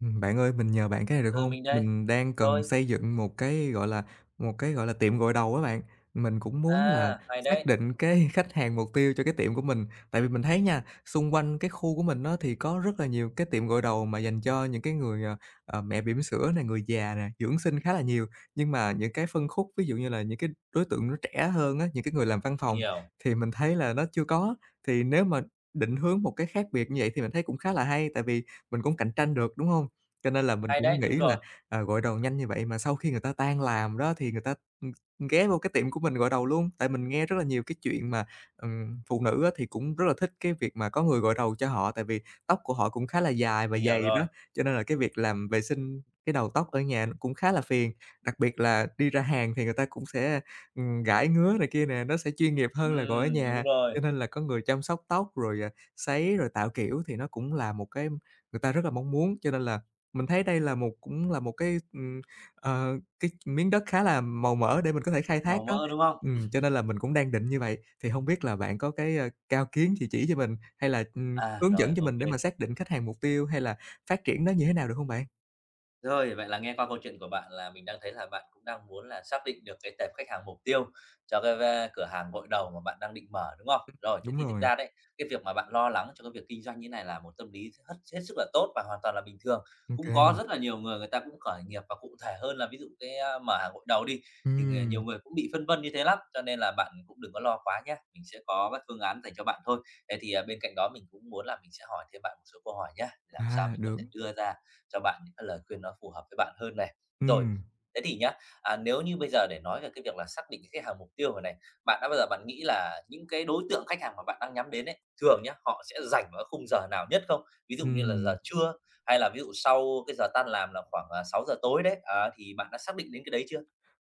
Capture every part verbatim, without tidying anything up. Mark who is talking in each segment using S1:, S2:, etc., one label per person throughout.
S1: Ừm, bạn ơi, mình nhờ bạn cái này được
S2: Ừ,
S1: không?
S2: mình đây.
S1: Mình đang cần
S2: Rồi,
S1: xây dựng một cái, gọi là, một cái, gọi là, tiệm gội đầu á bạn. Mình cũng muốn là
S2: à, hay
S1: xác
S2: đấy,
S1: định cái khách hàng mục tiêu cho cái tiệm của mình. Tại vì mình thấy nha, xung quanh cái khu của mình á thì có rất là nhiều cái tiệm gội đầu mà dành cho những cái người, ờ, ờ, mẹ bỉm sữa này, người già nè, dưỡng sinh khá là nhiều. Nhưng mà những cái phân khúc, ví dụ như là những cái đối tượng nó trẻ hơn á, những cái người làm văn
S2: mình
S1: phòng
S2: hiểu.
S1: thì mình thấy là nó chưa có. Thì nếu mà định hướng một cái khác biệt như vậy thì mình thấy cũng khá là hay, tại vì mình cũng cạnh tranh được, đúng không? Cho nên là mình
S2: Hay
S1: cũng
S2: đấy,
S1: nghĩ
S2: đúng rồi,
S1: là, ờ, gội đầu nhanh như vậy mà sau khi người ta tan làm đó thì người ta, ừm, ghé vô cái tiệm của mình gọi đầu luôn. Tại mình nghe rất là nhiều cái chuyện mà, ừm, phụ nữ á thì cũng rất là thích cái việc mà có người gọi đầu cho họ, tại vì tóc của họ cũng khá là dài và
S2: mình hiểu
S1: dày
S2: rồi.
S1: đó, cho nên là cái việc làm vệ sinh cái đầu tóc ở nhà nó cũng khá là phiền. Đặc biệt là đi ra hàng thì người ta cũng sẽ, ừm, gãi ngứa này kia nè, nó sẽ chuyên nghiệp hơn là gọi ở
S2: Ừm, đúng
S1: nhà,
S2: rồi,
S1: cho nên là có người chăm sóc tóc rồi, à, sấy rồi tạo kiểu thì nó cũng là một cái người ta rất là mong muốn. Cho nên là mình thấy đây là một cũng là một cái, ừm, ờ, cái miếng đất khá là màu mỡ để mình có thể khai thác
S2: màu
S1: đó,
S2: mỡ, đúng không?
S1: ừm, cho nên là mình cũng đang định như vậy. Thì hông biết là bạn có cái, ơ, cao kiến gì chỉ cho mình, hay là, ừm,
S2: À,
S1: hướng dẫn
S2: rồi,
S1: cho mình để
S2: ok.
S1: mà xác định khách hàng mục tiêu hay là phát triển nó như thế nào được hông bạn?
S2: Rồi, vậy là nghe qua câu chuyện của bạn là mình đang thấy là bạn cũng đang muốn là xác định được cái tệp khách hàng mục tiêu cho cái va cửa hàng gội đầu mà bạn đang định mở, đúng không? Rồi, thế
S1: Đúng
S2: thì thực
S1: rồi,
S2: ra đấy, cái việc mà bạn lo lắng cho cái việc kinh doanh như này là một tâm lý hết hết sức là tốt và hoàn toàn là bình thường.
S1: ô
S2: Cũng
S1: kê.
S2: có rất là nhiều người, người ta cũng khởi nghiệp và cụ thể hơn là ví dụ cái, a, mở hàng gội đầu đi, thì người nhiều
S1: Ừm,
S2: người cũng bị phân vân như thế lắm, cho nên là bạn cũng đừng có lo quá nhé. Mình sẽ có các phương án dành cho bạn thôi. Thế thì, à, bên cạnh đó mình cũng muốn là mình sẽ hỏi thêm bạn một số câu hỏi nhé, làm sao
S1: à,
S2: mình có
S1: được,
S2: thể đưa ra cho bạn những cái lời khuyên nó phù hợp với bạn hơn này. Rồi,
S1: ừm,
S2: thế thì nhá, à, nếu như bây giờ để nói về cái việc là xác định cái khách hàng mục tiêu rồi này, bạn đã bao giờ bạn nghĩ là những cái đối tượng khách hàng mà bạn đang nhắm đến ấy, thường nhá, họ sẽ rảnh vào cái khung giờ nào nhất không? Ví dụ như là giờ
S1: ừm.
S2: trưa hay là ví dụ sau cái giờ tan làm là khoảng, à, sáu giờ tối đấy, à, thì bạn đã xác định đến cái đấy chưa?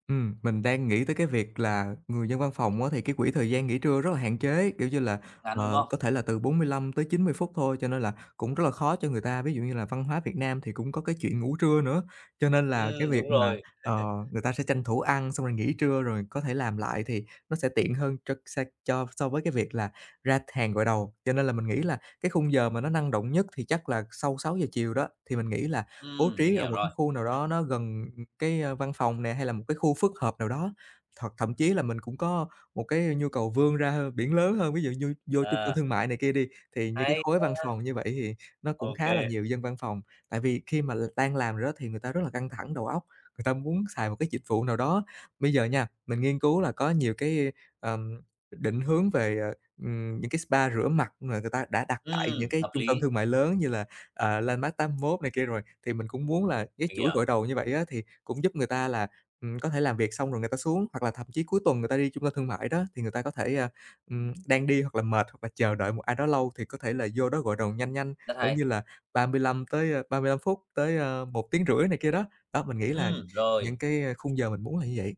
S1: Ừm, mình đang nghĩ tới cái việc là người dân văn phòng á, thì cái quỹ thời gian nghỉ trưa rất là hạn chế, kiểu như là,
S2: Ngắn, đúng
S1: ờ,
S2: không?
S1: có thể là từ bốn mươi lăm tới chín mươi phút thôi, cho nên là cũng rất là khó cho người ta. Ví dụ như là văn hóa Việt Nam thì cũng có cái chuyện ngủ trưa nữa, cho nên là cái
S2: Ừm,
S1: việc
S2: đúng
S1: mà,
S2: rồi.
S1: ờ, người ta sẽ tranh thủ ăn xong rồi nghỉ trưa rồi có thể làm lại thì nó sẽ tiện hơn cho sa cho so với cái việc là ra hàng gội đầu. Cho nên là mình nghĩ là cái khung giờ mà nó năng động nhất thì chắc là sau sáu giờ chiều đó, thì mình nghĩ là bố
S2: Ừm,
S1: trí
S2: mình
S1: ở
S2: hiểu
S1: một cái
S2: rồi.
S1: khu nào đó nó gần cái, a, văn phòng nè, hay là một cái khu phức hợp nào đó. Hoặc thậm chí là mình cũng có một cái nhu cầu vươn ra hơn biển lớn hơn, ví dụ như vô trung tâm
S2: À,
S1: thương mại này kia đi, thì như cái
S2: hay,
S1: khối văn phòng như vậy thì nó cũng
S2: ok
S1: khá
S2: kê.
S1: là nhiều dân văn phòng. Tại vì khi mà l đang làm rồi đó thì người ta rất là căng thẳng đầu óc, người ta muốn xài một cái dịch vụ nào đó. Bây giờ nha, mình nghiên cứu là có nhiều cái, ờm, định hướng về, ờ, ừm, những cái spa rửa mặt mà người ta đã đặt tại những cái
S2: Hợp
S1: trung tâm
S2: lý,
S1: thương mại lớn như là, ờ, Landmark tám một này kia rồi. Thì mình cũng muốn là cái
S2: mình
S1: chuỗi gội
S2: hiểu,
S1: đầu như vậy á, thì cũng giúp người ta là, ừm, có thể làm việc xong rồi người ta xuống, hoặc là thậm chí cuối tuần người ta đi trung tâm thương mại đó, thì người ta có thể, a, ừm, đang đi hoặc là mệt hoặc là chờ đợi một ai đó lâu thì có thể là vô đó gội đầu nhanh nhanh,
S2: rất
S1: cỡ
S2: hay.
S1: như là ba mươi lăm tới, a, ba mươi lăm phút tới, a, một phẩy năm tiếng rưỡi này kia đó. Đó, mình nghĩ là
S2: Ừm,
S1: những
S2: rồi.
S1: cái, a, khung giờ mình muốn là như vậy.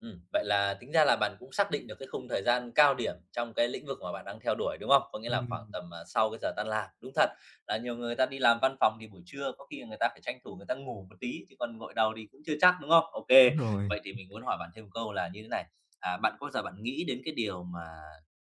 S2: Ừm, vậy là tính ra là bạn cũng xác định được cái khung thời gian cao điểm trong cái lĩnh vực mà bạn đang theo đuổi, đúng không? Có nghĩa là khoảng
S1: Ừm,
S2: tầm, à, sau cái giờ tan làm. Đúng thật là nhiều người ta đi làm văn phòng thì buổi trưa có khi người ta phải tranh thủ người ta ngủ một tí, chứ còn gội đầu thì cũng chưa chắc, đúng không? Ok,
S1: đúng rồi.
S2: vậy thì mình muốn hỏi bạn thêm một câu là như thế này, à, bạn có bao giờ bạn nghĩ đến cái điều mà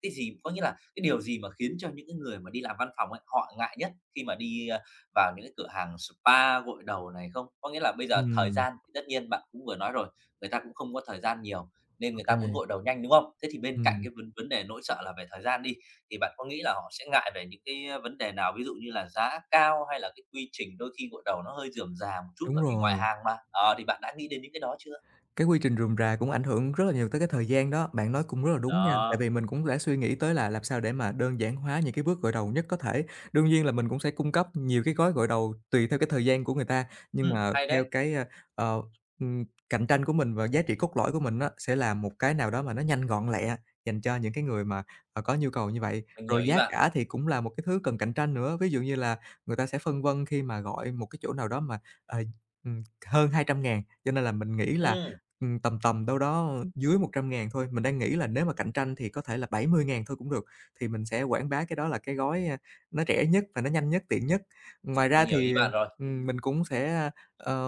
S2: cái gì có nghĩa là cái điều gì mà khiến cho những cái người mà đi làm văn phòng ấy, họ ngại nhất khi mà đi, a, vào những cái cửa hàng spa, gội đầu này không? Có nghĩa là bây giờ thời
S1: Ừm,
S2: gian thì tất nhiên bạn cũng vừa nói rồi, người ta cũng không có thời gian nhiều nên người ta muốn
S1: ô
S2: gội đầu nhanh, đúng không? Thế thì bên cạnh
S1: ừm,
S2: cái vấn vấn đề nỗi sợ là về thời gian đi, thì bạn có nghĩ là họ sẽ ngại về những cái, ờ, vấn đề nào? Ví dụ như là giá cao hay là cái quy trình đôi khi gội đầu nó hơi rườm rà một chút
S1: đúng
S2: bởi vì ngoại
S1: rồi.
S2: hàng mà. Ờ, thì bạn đã nghĩ đến những cái đó chưa?
S1: Cái quy trình rườm rà cũng ảnh hưởng rất là nhiều tới cái thời gian đó, bạn nói cũng rất là đúng nha, tại
S2: Đó,
S1: vì mình cũng đã suy nghĩ tới là làm sao để mà đơn giản hóa những cái bước gội đầu nhất có thể. Đương nhiên là mình cũng sẽ cung cấp nhiều cái gói gội đầu tùy theo cái thời gian của người ta, nhưng
S2: ừm,
S1: mà
S2: hay
S1: theo
S2: đấy,
S1: cái, a, ờ, ừm, cạnh tranh của mình và giá trị cốt lõi của mình á, sẽ làm một cái nào đó mà nó nhanh gọn lẹ dành cho những cái người mà, ờ, có nhu cầu như vậy.
S2: mình hiểu
S1: Rồi
S2: ý
S1: giá
S2: bạn.
S1: cả thì cũng là một cái thứ cần cạnh tranh nữa, ví dụ như là người ta sẽ phân vân khi mà gọi một cái chỗ nào đó mà, ờ, ừm, hơn hai trăm ngàn, cho nên là mình nghĩ là
S2: Ừm,
S1: Ừm, tầm tầm đâu đó dưới một trăm ngàn thôi, mình đang nghĩ là nếu mà cạnh tranh thì có thể là bảy mươi ngàn thôi cũng được, thì mình sẽ quảng bá cái đó là cái gói, a, nó rẻ nhất và nó nhanh nhất, tiện nhất. Ngoài ra
S2: mình hiểu
S1: thì,
S2: ý bạn rồi,
S1: ừm, mình cũng sẽ, ờ,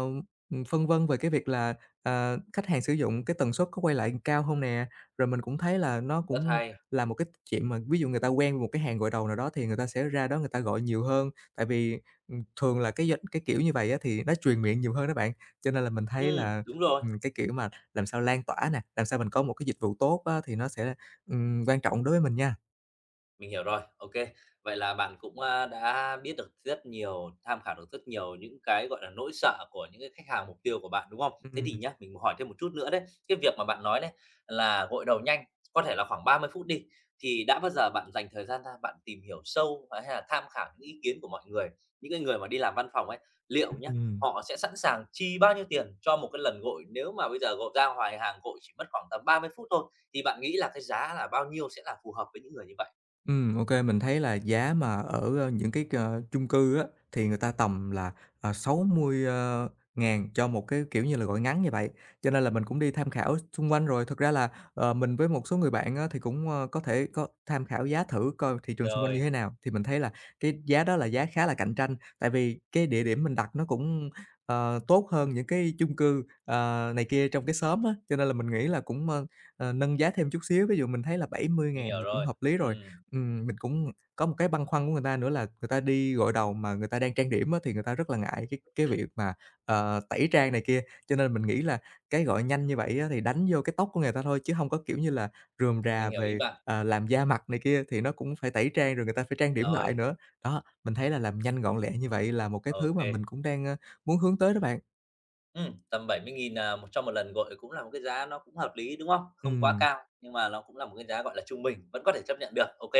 S1: ừm, phân vân về cái việc là, ờ, khách hàng sử dụng cái tần suất có quay lại cao hông nè. Rồi mình cũng thấy là nó cũng
S2: rất hay.
S1: là một cái chuyện mà ví dụ người ta quen với một cái hàng gội đầu nào đó thì người ta sẽ ra đó người ta gọi nhiều hơn, tại vì, ừm, thường là cái doanh cái kiểu như vầy á thì nó truyền miệng nhiều hơn đó bạn. Cho nên là mình thấy
S2: Ừm,
S1: là
S2: đúng rồi.
S1: Ừm, cái kiểu mà làm sao lan tỏa nè, làm sao mình có một cái dịch vụ tốt á thì nó sẽ, ừm, quan trọng đối với mình nha.
S2: Mình hiểu rồi, ok. Vậy là bạn cũng, a, đã biết được rất nhiều, tham khảo được rất nhiều những cái, gọi là, nỗi sợ của những cái khách hàng mục tiêu của bạn, đúng không? Thế thì
S1: Ừm,
S2: nhá, mình hỏi thêm một chút nữa đấy, cái việc mà bạn nói đấy là gội đầu nhanh, có thể là khoảng ba mươi phút đi, thì đã bao giờ bạn dành thời gian ra bạn tìm hiểu sâu, à, hay là tham khảo những ý kiến của mọi người? Những cái người mà đi làm văn phòng ấy, liệu nhá,
S1: ừm.
S2: họ sẽ sẵn sàng chi bao nhiêu tiền cho một cái lần gội? Nếu mà bây giờ gội ra ngoài hàng gội chỉ mất khoảng tầm ba mươi phút thôi, thì bạn nghĩ là cái giá là bao nhiêu sẽ là phù hợp với những người như vậy?
S1: Ừm, ô mình thấy là giá mà ở, ơ, những cái, ờ, chung cư á, thì người ta tầm là, ờ, sáu mươi ơ, ngàn cho một cái, kiểu như là, gọi ngắn như vậy. Cho nên là mình cũng đi tham khảo xung quanh rồi, thực ra là, ờ, mình với một số người bạn á, thì cũng, ơ, có thể có tham khảo giá thử coi thị trường xung quanh như
S2: Rồi,
S1: thế nào, thì mình thấy là cái giá đó là giá khá là cạnh tranh. Tại vì cái địa điểm mình đặt nó cũng, ờ, tốt hơn những cái chung cư, ờ, này kia trong cái xóm á, cho nên là mình nghĩ là cũng, ơ, ờ, nâng giá thêm chút xíu, ví dụ mình thấy là bảy mươi
S2: mình
S1: ngàn
S2: hiểu
S1: là cũng
S2: rồi.
S1: hợp lý rồi.
S2: Ừm,
S1: Ừm, mình cũng có một cái băn khoăn của người ta nữa là người ta đi gội đầu mà người ta đang trang điểm á, thì người ta rất là ngại cái cái việc mà, ờ, tẩy trang này kia, cho nên mình nghĩ là cái gọi nhanh như vậy á, thì đánh vô cái tóc của người ta thôi, chứ hông có, kiểu như là, rườm rà
S2: mình hiểu ý
S1: về,
S2: bạn.
S1: ờ, làm da mặt này kia, thì nó cũng phải tẩy trang, rồi người ta phải trang điểm lại
S2: Rồi.
S1: nữa. Đó, mình thấy là làm nhanh gọn lẹ như vậy là một cái thứ mà mình
S2: OK.
S1: cũng đang, ơ, muốn hướng tới đó bạn.
S2: Ừm, tầm bảy mươi nghìn, à, một cho một lần gọi cũng là một cái giá nó cũng hợp lý, đúng không? Không quá
S1: Ừm,
S2: cao, nhưng mà nó cũng là một cái giá, gọi là, trung bình, vẫn có thể chấp nhận được. Ok,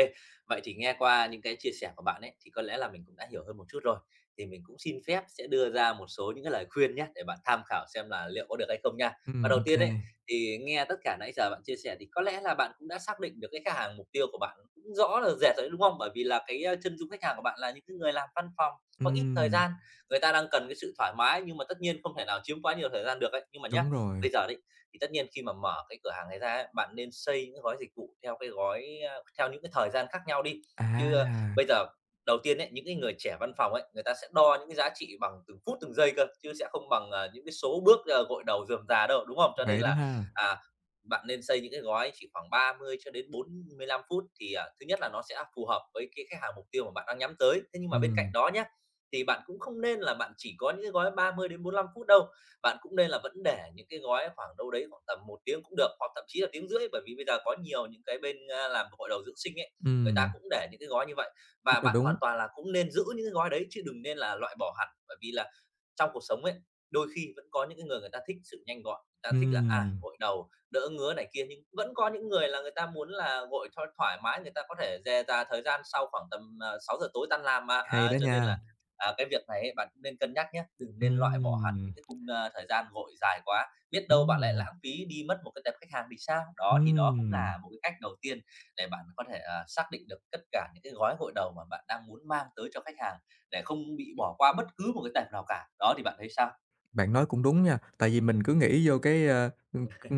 S2: vậy thì nghe qua những cái chia sẻ của bạn ấy, thì có lẽ là mình cũng đã hiểu hơn một chút rồi, thì mình cũng xin phép sẽ đưa ra một số những cái lời khuyên nhé để bạn tham khảo xem là liệu có được hay không nha.
S1: ừm,
S2: Và đầu
S1: ô
S2: tiên
S1: kê.
S2: ấy, thì nghe tất cả nãy giờ bạn chia sẻ thì có lẽ là bạn cũng đã xác định được cái khách hàng mục tiêu của bạn cũng rõ là rẻ rồi đấy, đúng không? Bởi vì là cái, a, chân dung khách hàng của bạn là những cái người làm văn phòng, có ít thời
S1: Ừm,
S2: gian, người ta đang cần cái sự thoải mái nhưng mà tất nhiên không thể nào chiếm quá nhiều thời gian được ấy. Nhưng mà nhá,
S1: đúng rồi.
S2: bây giờ đấy, thì tất nhiên khi mà mở cái cửa hàng này ra ấy, bạn nên xây những gói dịch vụ theo cái gói, a, theo những cái thời gian khác nhau đi.
S1: À,
S2: Chứ, ơ, bây giờ đầu tiên ấy, những cái người trẻ văn phòng ấy, người ta sẽ đo những cái giá trị bằng từng phút từng giây cơ, chứ sẽ không bằng, ờ, những cái số bước, ờ, gội đầu rườm rà đâu, đúng không? Cho nên
S1: vậy đó
S2: là,
S1: ha.
S2: à, bạn nên xây những cái gói chỉ khoảng ba mươi cho đến bốn mươi lăm phút thì, à, thứ nhất là nó sẽ phù hợp với cái khách hàng mục tiêu mà bạn đang nhắm tới. Thế nhưng mà bên cạnh
S1: Ừm,
S2: đó nhá, thì bạn cũng không nên là bạn chỉ có những cái gói ba mươi đến bốn lăm phút đâu. Bạn cũng nên là vẫn để những cái gói khoảng đâu đấy khoảng tầm một tiếng cũng được, hoặc thậm chí là tiếng rưỡi bởi vì bây giờ có nhiều những cái bên, a, làm hội đầu dưỡng sinh ấy, người ta
S1: ừm,
S2: cũng để những cái gói như vậy.
S1: rất
S2: Và
S1: là
S2: bạn
S1: đúng.
S2: hoàn toàn là cũng nên giữ những cái gói đấy chứ đừng nên là loại bỏ hẳn, bởi vì là trong cuộc sống ấy, đôi khi vẫn có những cái người, người ta thích sự nhanh gọn, người ta thích là, à,
S1: Ừm,
S2: gội đầu, đỡ ngứa này kia, nhưng vẫn có những người là người ta muốn là gội cho thoải mái, người ta có thể dè ra thời gian sau khoảng tầm, à, sáu giờ tối tan làm mà.
S1: hay
S2: Á,
S1: đó
S2: cho nên
S1: nha.
S2: là, à, cái việc này ấy, bạn cũng nên cân nhắc nhé, đừng nên loại bỏ hẳn
S1: Ừm,
S2: những cái khung, ơ, thời gian vội dài quá, biết đâu
S1: đúng
S2: bạn lại
S1: rồi,
S2: lãng phí đi mất một cái tập khách hàng thì sao? Đó, thì đó cũng
S1: ừm.
S2: là một cái cách đầu tiên để bạn có thể, à, xác định được tất cả những cái gói gội đầu mà bạn đang muốn mang tới cho khách hàng, để không bị bỏ qua bất cứ một cái tập nào cả. Đó, thì bạn thấy sao?
S1: Bạn nói cũng đúng nha, tại vì mình cứ nghĩ vô cái, ơ,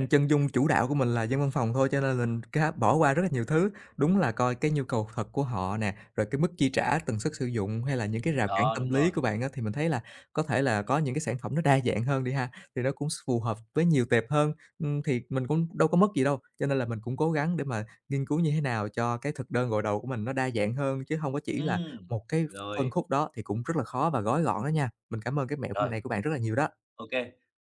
S1: chân dung chủ đạo của mình là dân văn phòng thôi, cho nên mình cá bỏ qua rất là nhiều thứ. Đúng là coi cái nhu cầu thật của họ nè, rồi cái mức chi trả, tần suất sử dụng hay là những cái rào cản
S2: Đó,
S1: tâm
S2: đúng
S1: lý
S2: rồi.
S1: của bạn á, thì mình thấy là có thể là có những cái sản phẩm nó đa dạng hơn đi ha, thì nó cũng phù hợp với nhiều tệp hơn. Ừm, thì mình cũng đâu có mất gì đâu, cho nên là mình cũng cố gắng để mà nghiên cứu như thế nào cho cái thực đơn gội đầu của mình nó đa dạng hơn, chứ không có chỉ là
S2: Ừm,
S1: một cái phân
S2: rồi,
S1: khúc đó thì cũng rất là khó và gói gọn đó nha. Mình cảm ơn cái mẹo
S2: rồi.
S1: này của bạn rất là nhiều đó.
S2: OK,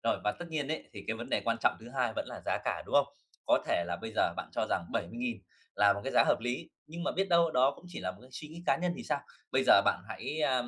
S2: rồi, và tất nhiên ấy, thì cái vấn đề quan trọng thứ hai vẫn là giá cả, đúng không? Có thể là bây giờ bạn cho rằng bảy mươi nghìn là một cái giá hợp lý, nhưng mà biết đâu đó cũng chỉ là một cái suy nghĩ cá nhân thì sao? Bây giờ bạn hãy, a,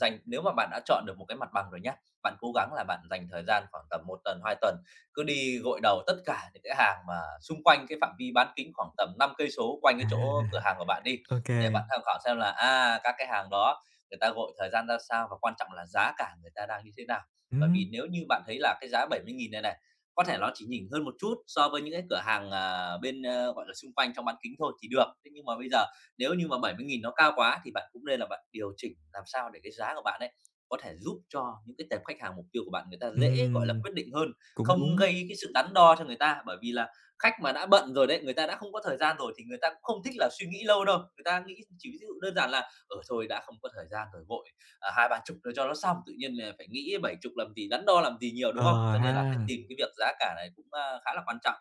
S2: dành nếu mà bạn đã chọn được một cái mặt bằng rồi nhá, bạn cố gắng là bạn dành thời gian khoảng tầm một tuần, hai tuần, cứ đi gội đầu tất cả những cái hàng mà xung quanh cái phạm vi bán kính khoảng tầm năm cây số quanh
S1: À,
S2: cái chỗ cửa hàng của bạn đi,
S1: ô kê.
S2: để bạn tham khảo xem là, à, các cái hàng đó người ta gội thời gian ra sao và quan trọng là giá cả người ta đang như thế nào. Bởi
S1: Ừm,
S2: vì nếu như bạn thấy là cái giá bảy mươi nghìn này này, có thể nó chỉ nhỉnh hơn một chút so với những cái cửa hàng, à, bên, ơ, gọi là, xung quanh trong bán kính thôi thì được. Thế nhưng mà bây giờ nếu như mà bảy mươi nghìn nó cao quá thì bạn cũng nên là bạn điều chỉnh làm sao để cái giá của bạn ấy có thể giúp cho những cái tệp khách hàng mục tiêu của bạn người ta dễ, gọi là,
S1: ừm,
S2: quyết định hơn,
S1: cũng
S2: không
S1: đúng.
S2: gây cái sự đắn đo cho người ta. Bởi vì là khách mà đã bận rồi đấy, người ta đã không có thời gian rồi thì người ta cũng không thích là suy nghĩ lâu đâu. Người ta nghĩ chỉ ví dụ đơn giản là ở thôi đã không có thời gian rồi, vội à, hai ba chục rồi cho nó xong, tự nhiên là phải nghĩ bảy chục làm gì, đắn đo làm gì nhiều, đúng
S1: Ờ
S2: không? Cho
S1: ha,
S2: nên là cái tìm cái việc giá cả này cũng, a, khá là quan trọng.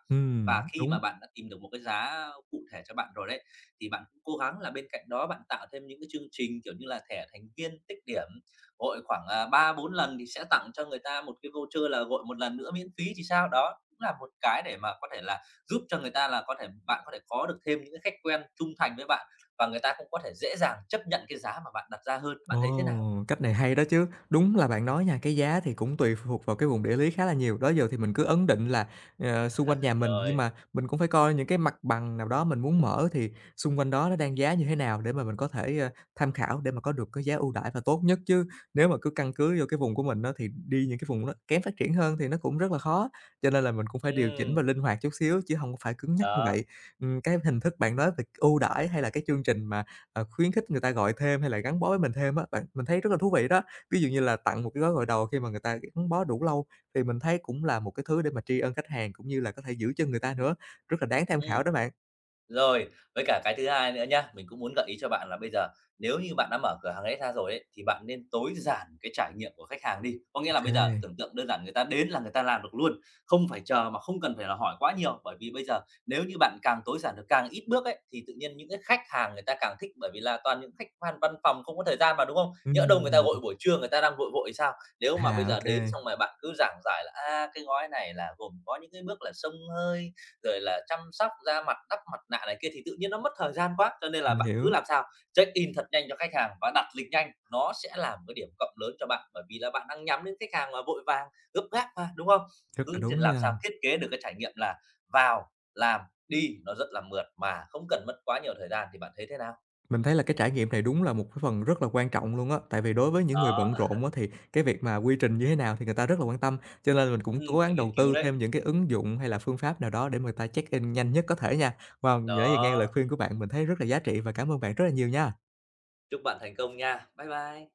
S2: Và
S1: ừm,
S2: khi
S1: đúng.
S2: mà bạn đã tìm được một cái giá cụ thể cho bạn rồi đấy, thì bạn cũng cố gắng là bên cạnh đó bạn tạo thêm những cái chương trình, kiểu như là, thẻ thành viên tích điểm, gọi khoảng, à, ba bốn lần thì sẽ tặng cho người ta một cái voucher là gọi một lần nữa miễn phí thì sao. Đó, cũng là một cái để mà có thể là giúp cho người ta là có thể bạn có thể có được thêm những cái khách quen trung thành với bạn và người ta cũng có thể dễ dàng chấp nhận cái giá mà bạn đặt ra hơn. Bạn thấy thế
S1: Ồ,
S2: nào?
S1: cách này hay đó chứ. Đúng là bạn nói nha, cái giá thì cũng tùy thuộc vào cái vùng địa lý khá là nhiều. Đó giờ thì mình cứ ấn định là, ờ, xung quanh nhà mình, nhưng
S2: Rồi,
S1: mà mình cũng phải coi những cái mặt bằng nào đó mình muốn mở thì xung quanh đó nó đang giá như thế nào để mà mình có thể, ơ, tham khảo để mà có được cái giá ưu đãi và tốt nhất. Chứ nếu mà cứ căn cứ vô cái vùng của mình đó thì đi những cái vùng nó kém phát triển hơn thì nó cũng rất là khó. Cho nên là mình cũng phải điều chỉnh và
S2: ừm,
S1: linh hoạt chút xíu chứ không có phải cứng nhắc như
S2: đó,
S1: vậy. Ừm, cái hình thức bạn nói về ưu đãi hay là cái chương trình mà Ờ, khuyến khích người ta gọi thêm hay là gắn bó với mình thêm á, bạn mình thấy rất là thú vị đó. Ví dụ như là tặng một cái gói gội đầu khi mà người ta gắn bó đủ lâu, thì mình thấy cũng là một cái thứ để mà tri ân khách hàng, cũng như là có thể giữ chân người ta nữa, rất là đáng tham
S2: ừm.
S1: khảo đó bạn.
S2: Rồi, với cả cái thứ hai nữa nhá, mình cũng muốn gợi ý cho bạn là bây giờ nếu như bạn đã mở cửa hàng đấy ra rồi ấy, thì bạn nên tối giản cái trải nghiệm của khách hàng đi. Có nghĩa
S1: Ok
S2: là bây giờ
S1: kê.
S2: tưởng tượng đơn giản người ta đến là người ta làm được luôn, không phải chờ mà không cần phải là hỏi quá nhiều, bởi vì bây giờ nếu như bạn càng tối giản được, càng ít bước ấy thì tự nhiên những cái khách hàng người ta càng thích, bởi vì là toàn những khách văn văn phòng không có thời gian mà, đúng không? Nhỡ đâu người ta
S1: Ừm,
S2: vội buổi trưa, người ta đang vội vội sao? Nếu mà bây
S1: à, ô
S2: giờ đến xong rồi bạn cứ giảng giải là, a, cái gói này là gồm có những cái bước là xông hơi, rồi là chăm sóc da mặt, đắp mặt nạ này kia thì tự nhiên nó mất thời gian quá, cho nên là
S1: mình
S2: bạn cứ
S1: hiểu,
S2: làm sao check in thật nhanh cho khách hàng và đặt lịch nhanh, nó sẽ là một cái điểm cộng lớn cho bạn, bởi vì là bạn đang nhắm đến khách hàng mà vội vàng, gấp gáp mà, đúng không?
S1: rất là
S2: Cứ
S1: đúng
S2: làm
S1: nha.
S2: sao thiết kế được cái trải nghiệm là vào, làm, đi, nó rất là mượt mà không cần mất quá nhiều thời gian thì bạn thấy thế nào?
S1: Mình thấy là cái trải nghiệm này đúng là một cái phần rất là quan trọng luôn á, tại vì đối với những người
S2: Đó,
S1: bận rộn á thì cái việc mà quy trình như thế nào thì người ta rất là quan tâm, cho nên mình cũng
S2: ừm,
S1: cố gắng
S2: phải nghiên
S1: đầu
S2: cứu
S1: tư
S2: đấy.
S1: thêm những cái ứng dụng hay là phương pháp nào đó để mà người ta check in nhanh nhất có thể nha. Wow, nãy giờ nghe lời
S2: Đó,
S1: khuyên của bạn mình thấy rất là giá trị và cảm ơn bạn rất là nhiều nha.
S2: chúc bạn thành công nha. Bye bye.